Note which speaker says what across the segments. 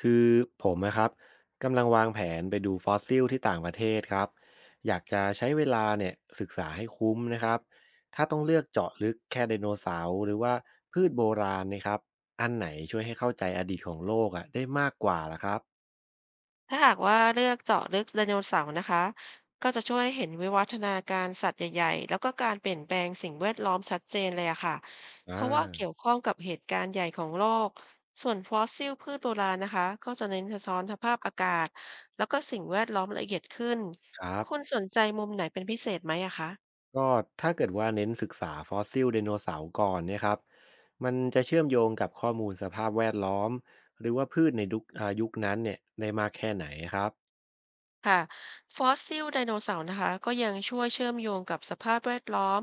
Speaker 1: คือผมนะครับกำลังวางแผนไปดูฟอสซิลที่ต่างประเทศครับอยากจะใช้เวลาเนี่ยศึกษาให้คุ้มนะครับถ้าต้องเลือกเจาะลึกแค่ไดโนเสาร์หรือว่าพืชโบราณนะครับอันไหนช่วยให้เข้าใจอดีตของโลกอ่ะได้มากกว่าล่ะครับ
Speaker 2: ถ้าหากว่าเลือกเจาะลึกไดโนเสาร์นะคะก็จะช่วยเห็นวิวัฒนาการสัตว์ใหญ่ๆแล้วก็การเปลี่ยนแปลงสิ่งแวดล้อมชัดเจนเลยอะค่ะเพ
Speaker 1: อ่า
Speaker 2: ราะว่าเกี่ยวข้องกับเหตุการณ์ใหญ่ของโลกส่วนฟอสซิลพืชโบราณนะคะก็จะเน้นสะท้อนสภาพอากาศแล้วก็สิ่งแวดล้อมละเอียดขึ้น
Speaker 1: ครับ
Speaker 2: คุณสนใจมุมไหนเป็นพิเศษไหมอะคะ
Speaker 1: ก็ถ้าเกิดว่าเน้นศึกษาฟอสซิลไดโนเสาร์ก่อนเนี่ยครับมันจะเชื่อมโยงกับข้อมูลสภาพแวดล้อมหรือว่าพืชในยุคยุคนั้นเนี่ยได้มากแค่ไหนครับ
Speaker 2: ค่ะฟอสซิลไดโนเสาร์นะคะก็ยังช่วยเชื่อมโยงกับสภาพแวดล้อม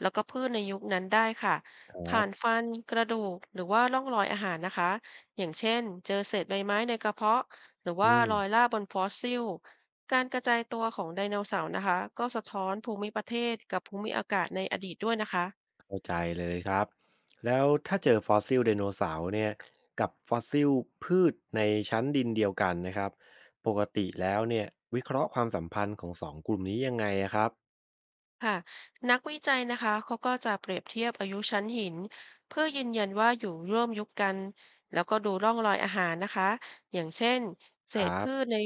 Speaker 2: แล้วก็พืชในยุคนั้นได้ค่ะ
Speaker 1: ครั
Speaker 2: ผ่า
Speaker 1: บ
Speaker 2: นฟันกระดูกหรือว่าร่องรอยอาหารนะคะอย่างเช่นเจอเศษใบไม้ในกระเพาะหรือว่า
Speaker 1: อืม
Speaker 2: รอยล่าบนฟอสซิลการกระจายตัวของไดโนเสาร์นะคะก็สะท้อนภูมิประเทศกับภูมิอากาศในอดีตด้วยนะคะ
Speaker 1: เข้าใจเลยครับแล้วถ้าเจอฟอสซิลไดโนเสาร์เนี่ยกับฟอสซิลพืชในชั้นดินเดียวกันนะครับปกติแล้วเนี่ยวิเคราะห์ความสัมพันธ์ของสองกลุ่มนี้ยังไงอะครับ
Speaker 2: ค่ะนักวิจัยนะคะเขาก็จะเปรียบเทียบอายุชั้นหินเพื่อยืนยันว่าอยู่ร่วมยุคกันแล้วก็ดูร่องรอยอาหารนะคะอย่างเช่นเศ
Speaker 1: ค
Speaker 2: ษ
Speaker 1: รับ
Speaker 2: พืชใน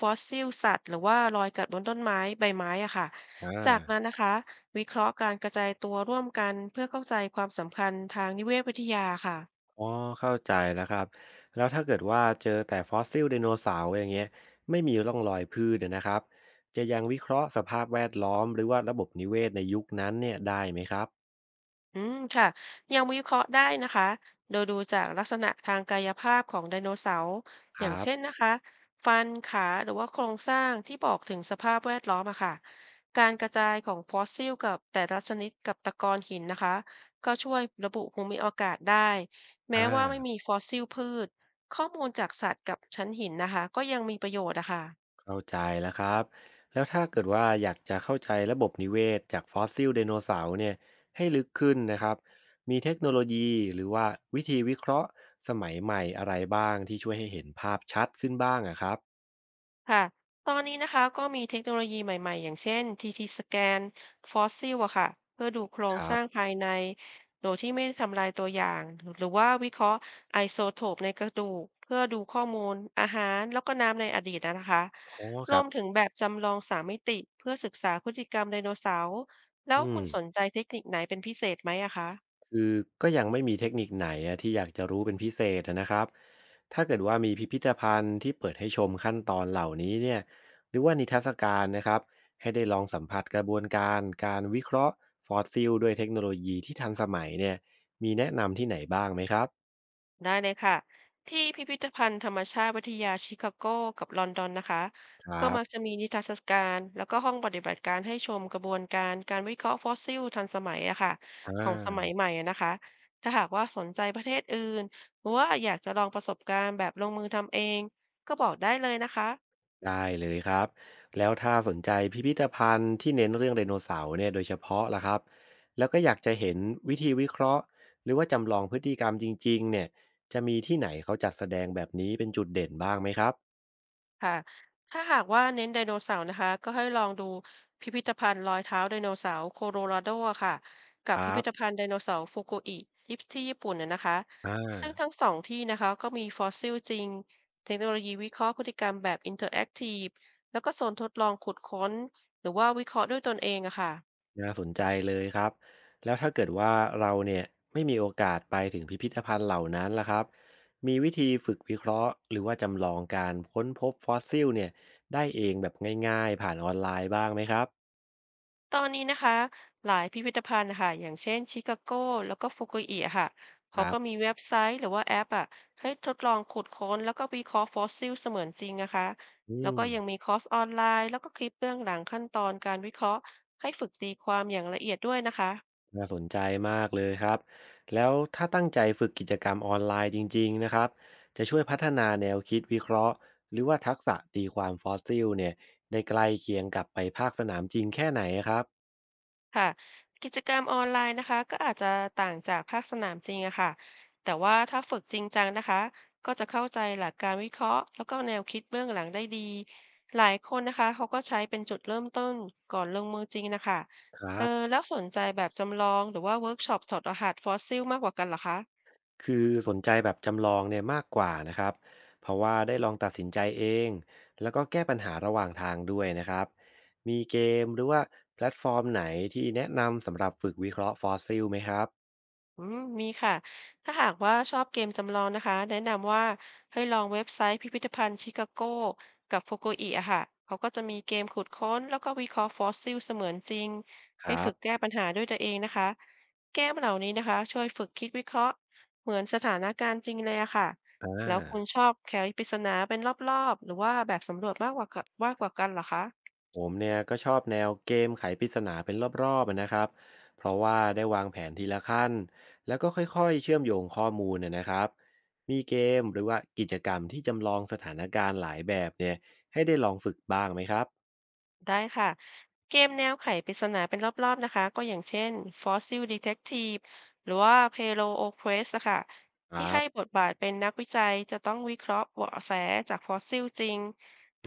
Speaker 2: ฟอสซิลสัตว์หรือว่ารอยกัดบนต้นไม้ใบไม้อะค่ะ
Speaker 1: อ่
Speaker 2: จากนั้น
Speaker 1: า
Speaker 2: นะคะวิเคราะห์การกระจายตัวร่วมกันเพื่อเข้าใจความสำคัญทางนิเวศวิทยาค่ะ
Speaker 1: อ๋อเข้าใจแล้วครับแล้วถ้าเกิดว่าเจอแต่ฟอสซิลไดโนเสาร์อย่างเงี้ยไม่มีร่องรอยพืชเนยนะครับจะยังวิเคราะห์สภาพแวดล้อมหรือว่าระบบนิเวศในยุคนั้นเนี่ยได้ไหมครับ
Speaker 2: อืมค่ะยังวิเคราะห์ได้นะคะโดยดูจากลักษณะทางกายภาพของไดโนเสาร์
Speaker 1: ค
Speaker 2: อย่าง
Speaker 1: รั
Speaker 2: เช่น
Speaker 1: บ
Speaker 2: นะคะฟันขาหรือว่าโครงสร้างที่บอกถึงสภาพแวดล้อมอะค่ะการกระจายของฟอสซิลกับแต่ละชนิดกับตะกอนหินนะคะก็ช่วยระบุภูมิอากาศได้แม้
Speaker 1: อ่า
Speaker 2: ว่าไม่มีฟอสซิลพืชข้อมูลจากสัตว์กับชั้นหินนะคะก็ยังมีประโยชน์อะค่ะ
Speaker 1: เข้าใจแล้วครับแล้วถ้าเกิดว่าอยากจะเข้าใจระบบนิเวศจากฟอสซิลไดโนเสาร์เนี่ยให้ลึกขึ้นนะครับมีเทคโนโลยีหรือว่าวิธีวิเคราะห์สมัยใหม่อะไรบ้างที่ช่วยให้เห็นภาพชัดขึ้นบ้างอะครับ
Speaker 2: ค่ะตอนนี้นะคะก็มีเทคโนโลยีใหม่ๆอย่างเช่น TT สแกนฟอสซิลอะค่ะเพื่อดูโคร
Speaker 1: ค
Speaker 2: ง
Speaker 1: รั
Speaker 2: ส
Speaker 1: บ
Speaker 2: ร้างภายในโดยที่ไม่ได้ทำลายตัวอย่างหรือว่าวิเคราะห์ไอโซโทปในกระดูกเพื่อดูข้อมูลอาหารแล้วก็น้ำในอดีตนะคะ
Speaker 1: อ๋อค
Speaker 2: ร
Speaker 1: รั
Speaker 2: ว
Speaker 1: บ
Speaker 2: มถึงแบบจำลองสามมิติเพื่อศึกษาพฤติกรรมไดโนเสาร์แล้ว
Speaker 1: อื
Speaker 2: คุ
Speaker 1: ม
Speaker 2: ณสนใจเทคนิคไหนเป็นพิเศษไหมอะคะ
Speaker 1: คือก็ยังไม่มีเทคนิคไหนอะที่อยากจะรู้เป็นพิเศษอะนะครับถ้าเกิดว่ามีพิพิธภัณฑ์ที่เปิดให้ชมขั้นตอนเหล่านี้เนี่ยหรือว่านิทรรศการนะครับให้ได้ลองสัมผัสกระบวนการการวิเคราะห์ฟอสซิลด้วยเทคโนโลยีที่ทันสมัยเนี่ยมีแนะนำที่ไหนบ้างไหมครับ
Speaker 2: ได้เลยค่ะที่พิพิธภัณฑ์ธรรมชาติวิทยาชิคาโกกับลอนดอนนะคะ
Speaker 1: ค
Speaker 2: ก็
Speaker 1: รับ
Speaker 2: มักจะมีนิทรรศการแล้วก็ห้องปฏิบัติการให้ชมกระบวนการการวิเคราะห์ฟอสซิลทันสมัยอะค่ะ
Speaker 1: อ่
Speaker 2: ของสมัย
Speaker 1: า
Speaker 2: ใหม่อะนะคะถ้าหากว่าสนใจประเทศอื่นหรือว่าอยากจะลองประสบการณ์แบบลงมือทำเองก็บอกได้เลยนะคะ
Speaker 1: ได้เลยครับแล้วถ้าสนใจพิพิธภัณฑ์ที่เน้นเรื่องไดโนเสาร์เนี่ยโดยเฉพาะล่ะครับแล้วก็อยากจะเห็นวิธีวิเคราะห์หรือว่าจำลองพฤติกรรมจริงๆเนี่ยจะมีที่ไหนเขาจัดแสดงแบบนี้เป็นจุดเด่นบ้างไหมครับ
Speaker 2: ค่ะถ้าหากว่าเน้นไดโนเสาร์นะคะ ก็ให้ลองดูพิพิธภัณฑ์รอยเท้าไดโนเสาร์โคโลราโดอะค่ะ กั
Speaker 1: ค
Speaker 2: บพิ
Speaker 1: รั
Speaker 2: พิ
Speaker 1: บ
Speaker 2: ธภัณฑ์ไดโนเสาร์ฟุกุอิที่ที่ญี่ปุ่นนะคะ
Speaker 1: อ่า
Speaker 2: ซึ่งทั้งสองที่นะคะก็มีฟอสซิลจริงเทคโนโลยีวิเคราะห์พฤติกรรมแบบอินเทอร์แอคทีฟแล้วก็โซนทดลองขุดค้นหรือว่าวิเคราะห์ด้วยตนเองอะค่ะ
Speaker 1: น่าสนใจเลยครับแล้วถ้าเกิดว่าเราเนี่ยไม่มีโอกาสไปถึงพิพิธภัณฑ์เหล่านั้นล่ะครับมีวิธีฝึกวิเคราะห์หรือว่าจำลองการค้นพบฟอสซิลเนี่ยได้เองแบบง่ายๆผ่านออนไลน์บ้างไหมครับ
Speaker 2: ตอนนี้นะคะหลายพิพิธภัณฑ์นะคะอย่างเช่นชิคาโกแล้วก็ฟุกุอิอะค่ะ
Speaker 1: ค
Speaker 2: เขา
Speaker 1: รั
Speaker 2: ก็มี
Speaker 1: บ
Speaker 2: เว็บไซต์หรือว่าแอปอ่ะให้ทดลองขุดค้นแล้วก็วิเคราะห์ฟอสซิลเสมือนจริงนะคะ
Speaker 1: อื
Speaker 2: แล้ว
Speaker 1: ม
Speaker 2: ก็ยังมีคอร์สออนไลน์แล้วก็คลิปเบื้องหลังขั้นตอนการวิเคราะห์ให้ฝึกตีความอย่างละเอียดด้วยนะคะ
Speaker 1: น่าสนใจมากเลยครับ แล้วถ้าตั้งใจฝึกกิจกรรมออนไลน์จริงๆนะครับจะช่วยพัฒนาแนวคิดวิเคราะห์หรือว่าทักษะตีความฟอสซิลเนี่ยได้ใกล้เคียงกับไปภาคสนามจริงแค่ไหนครับ
Speaker 2: ค่ะกิจกรรมออนไลน์นะคะก็อาจจะต่างจากภาคสนามจริงอะค่ะแต่ว่าถ้าฝึกจริงจังนะคะก็จะเข้าใจหลักการวิเคราะห์แล้วก็แนวคิดเบื้องหลังได้ดีหลายคนนะคะเขาก็ใช้เป็นจุดเริ่มต้นก่อนลงมือจริงนะคะ
Speaker 1: ครั
Speaker 2: เอ
Speaker 1: บ
Speaker 2: อแล้วสนใจแบบจำลองหรือว่าเวิร์กช็อปถอดรหัสฟอสซิลมากกว่ากันเหรอคะ
Speaker 1: คือสนใจแบบจำลองเนี่ยมากกว่านะครับเพราะว่าได้ลองตัดสินใจเองแล้วก็แก้ปัญหาระหว่างทางด้วยนะครับมีเกมหรือว่าแพลตฟอร์มไหนที่แนะนำสำหรับฝึกวิเคราะห์ฟอสซิลไหมครับ
Speaker 2: อืมมีค่ะ ถ้าหากว่าชอบเกมจำลองนะคะแนะนำว่าให้ลองเว็บไซต์พิพิธภัณฑ์ชิคาโกกับฟุกุอิอะค่ะเขาก็จะมีเกมขุดค้นแล้วก็วิเคราะห์ฟอสซิลเสมือนจริง
Speaker 1: ค
Speaker 2: ให้
Speaker 1: รั
Speaker 2: ฝึ
Speaker 1: บ
Speaker 2: กแก้ปัญหาด้วยตัวเองนะคะเกมเหล่านี้นะคะช่วยฝึกคิดวิเคราะห์เหมือนสถานการณ์จริงเลยอะค่ะ
Speaker 1: อ่า
Speaker 2: แล้วคุณชอบแคปริศนาเป็นรอบๆหรือว่าแบบสำรวจมากกว่ากันเหรอคะ
Speaker 1: ผมเนี่ยก็ชอบแนวเกมไขปริศนาเป็นรอบๆอะนะครับ เพราะว่าได้วางแผนทีละขั้นแล้วก็ค่อยๆเชื่อมโยงข้อมูลนะครับ มีเกมหรือว่ากิจกรรมที่จำลองสถานการณ์หลายแบบเนี่ยให้ได้ลองฝึกบ้างไหมครับ
Speaker 2: ได้ค่ะเกมแนวไขปริศนาเป็นรอบๆนะคะก็อย่างเช่น Fossil Detective หรือว่า Paleo Quest นะคะ
Speaker 1: ค
Speaker 2: ที่
Speaker 1: รับ
Speaker 2: ให้บทบาทเป็นนักวิจัยจะต้องวิเคราะห์เบาะแสจากฟอสซิลจริงแ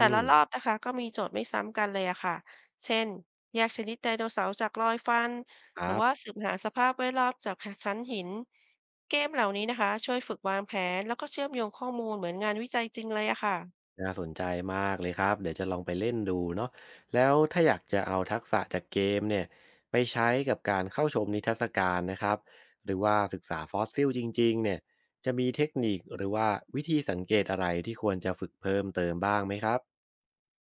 Speaker 1: อื
Speaker 2: ต่
Speaker 1: ม
Speaker 2: ละรอบนะคะก็มีโจทย์ไม่ซ้ำกันเลยอะค่ะเช่นแยกชนิดไดโนเสาร์จากรอยฟัน
Speaker 1: ค
Speaker 2: หรื
Speaker 1: รั
Speaker 2: อ
Speaker 1: บ
Speaker 2: ว่าสืบหาสภาพแวดล้อมจากชั้นหินเกมเหล่านี้นะคะช่วยฝึกวางแผนแล้วก็เชื่อมโยงข้อมูลเหมือนงานวิจัยจริงเลยอะค่ะ
Speaker 1: น่าสนใจมากเลยครับเดี๋ยวจะลองไปเล่นดูเนาะแล้วถ้าอยากจะเอาทักษะจากเกมเนี่ยไปใช้กับการเข้าชมนิทรรศการนะครับหรือว่าศึกษาฟอสซิลจริงๆเนี่ยจะมีเทคนิคหรือว่าวิธีสังเกตอะไรที่ควรจะฝึกเพิ่มเติมบ้างไหมครับ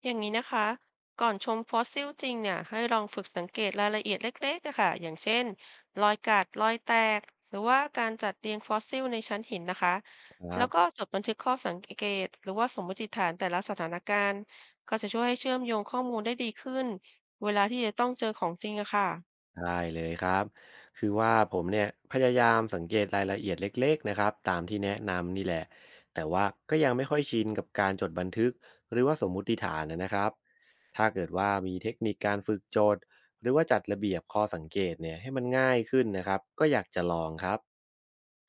Speaker 2: อย่างนี้นะคะ ก่อนชมฟอสซิลจริงเนี่ยให้ลองฝึกสังเกตรายละเอียดเล็กๆนะคะอย่างเช่นรอยกัดรอยแตกหรือว่าการจัดเรียงฟอสซิลในชั้นหินนะคะ
Speaker 1: ครั
Speaker 2: แล้วก็
Speaker 1: บ
Speaker 2: จดบันทึกข้อสังเกตหรือว่าสมมติฐานแต่ละสถานการณ์ก็จะช่วยให้เชื่อมโยงข้อมูลได้ดีขึ้นเวลาที่จะต้องเจอของจริงอะค่ะ
Speaker 1: ได้เลยครับคือว่าผมเนี่ยพยายามสังเกตรายละเอียดเล็กๆนะครับตามที่แนะนำนี่แหละแต่ว่าก็ยังไม่ค่อยชินกับการจดบันทึกหรือว่าสมมุติฐานนะครับถ้าเกิดว่ามีเทคนิคการฝึกโจทย์หรือว่าจัดระเบียบข้อสังเกตเนี่ยให้มันง่ายขึ้นนะครับก็อยากจะลองครับ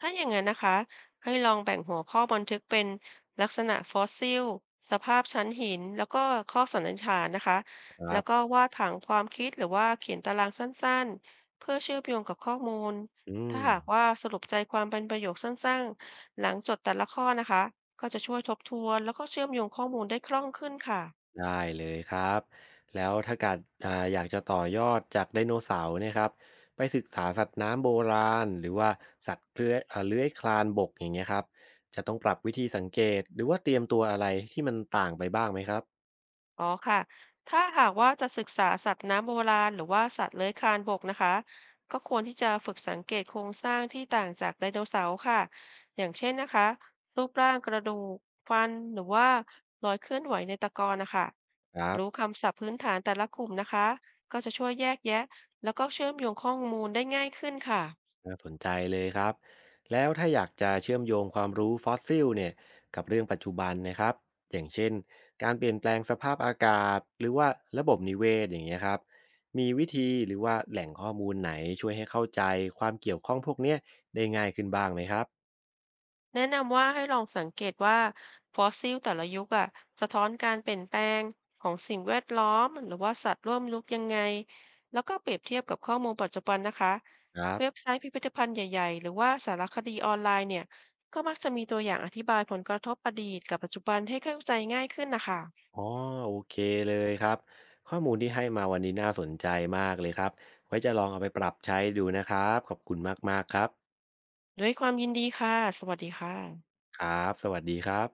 Speaker 2: ถ้าอย่างนั้นนะคะให้ลองแบ่งหัวข้อบันทึกเป็นลักษณะฟอสซิลสภาพชั้นหินแล้วก็ข้อสันนิษฐานนะคะ
Speaker 1: ครั
Speaker 2: แล้
Speaker 1: บ
Speaker 2: วก็วาดผังความคิดหรือว่าเขียนตารางสั้นๆเพื่อเชื่อมโยงกับข้อมูล
Speaker 1: อื
Speaker 2: ถ้า
Speaker 1: ม
Speaker 2: หากว่าสรุปใจความเป็นประโยคสั้นๆหลังจดแต่ละข้อนะคะก็จะช่วยทบทวนแล้วก็เชื่อมโยงข้อมูลได้คล่องขึ้นค่ะ
Speaker 1: ได้เลยครับแล้วถ้าการอยากจะต่อยอดจากไดโนเสาร์เนะครับไปศึกษาสัตว์น้ำโบราณหรือว่าสัตว์เลื้อยเลื้อยคลานบกอย่างเงี้ยครับจะต้องปรับวิธีสังเกตหรือว่าเตรียมตัวอะไรที่มันต่างไปบ้างไหมครับ
Speaker 2: อ๋อค่ะถ้าหากว่าจะศึกษาสัตว์น้ำโบราณหรือว่าสัตว์เลื้อยคลานบกนะคะก็ควรที่จะฝึกสังเกตโครงสร้างที่ต่างจากไดโนเสาร์ค่ะอย่างเช่นนะคะรูปร่างกระดูกฟันหรือว่ารอยเคลื่อนไหวในตะกอนนะคะ
Speaker 1: ครับ
Speaker 2: รู้คำศัพท์พื้นฐานแต่ละกลุ่มนะคะก็จะช่วยแยกแยะแล้วก็เชื่อมโยงข้อมูลได้ง่ายขึ้นค่ะ
Speaker 1: น่าสนใจเลยครับแล้วถ้าอยากจะเชื่อมโยงความรู้ฟอสซิลเนี่ยกับเรื่องปัจจุบันนะครับอย่างเช่นการเปลี่ยนแปลงสภาพอากาศหรือว่าระบบนิเวศอย่างเงี้ยครับมีวิธีหรือว่าแหล่งข้อมูลไหนช่วยให้เข้าใจความเกี่ยวข้องพวกเนี้ยได้ง่ายขึ้นบ้างไหมครับ
Speaker 2: แนะนำว่าให้ลองสังเกตว่าฟอสซิลแต่ละยุคอะสะท้อนการเปลี่ยนแปลงของสิ่งแวดล้อมหรือว่าสัตว์ร่วมยุคยังไงแล้วก็เปรียบเทียบกับข้อมูลปัจจุบันนะคะ
Speaker 1: ครับ
Speaker 2: เว็บไซต์พิพิธภัณฑ์ใหญ่ๆหรือว่าสารคดีออนไลน์เนี่ยก็มักจะมีตัวอย่างอธิบายผลกระทบอดีตกับปัจจุบันให้เข้าใจง่ายขึ้นนะคะ
Speaker 1: อ๋อโอเคเลยครับข้อมูลที่ให้มาวันนี้น่าสนใจมากเลยครับไว้จะลองเอาไปปรับใช้ดูนะครับขอบคุณมากๆครับ
Speaker 2: ด้วยความยินดีค่ะสวัสดีค่ะ
Speaker 1: ครับสวัสดีครับ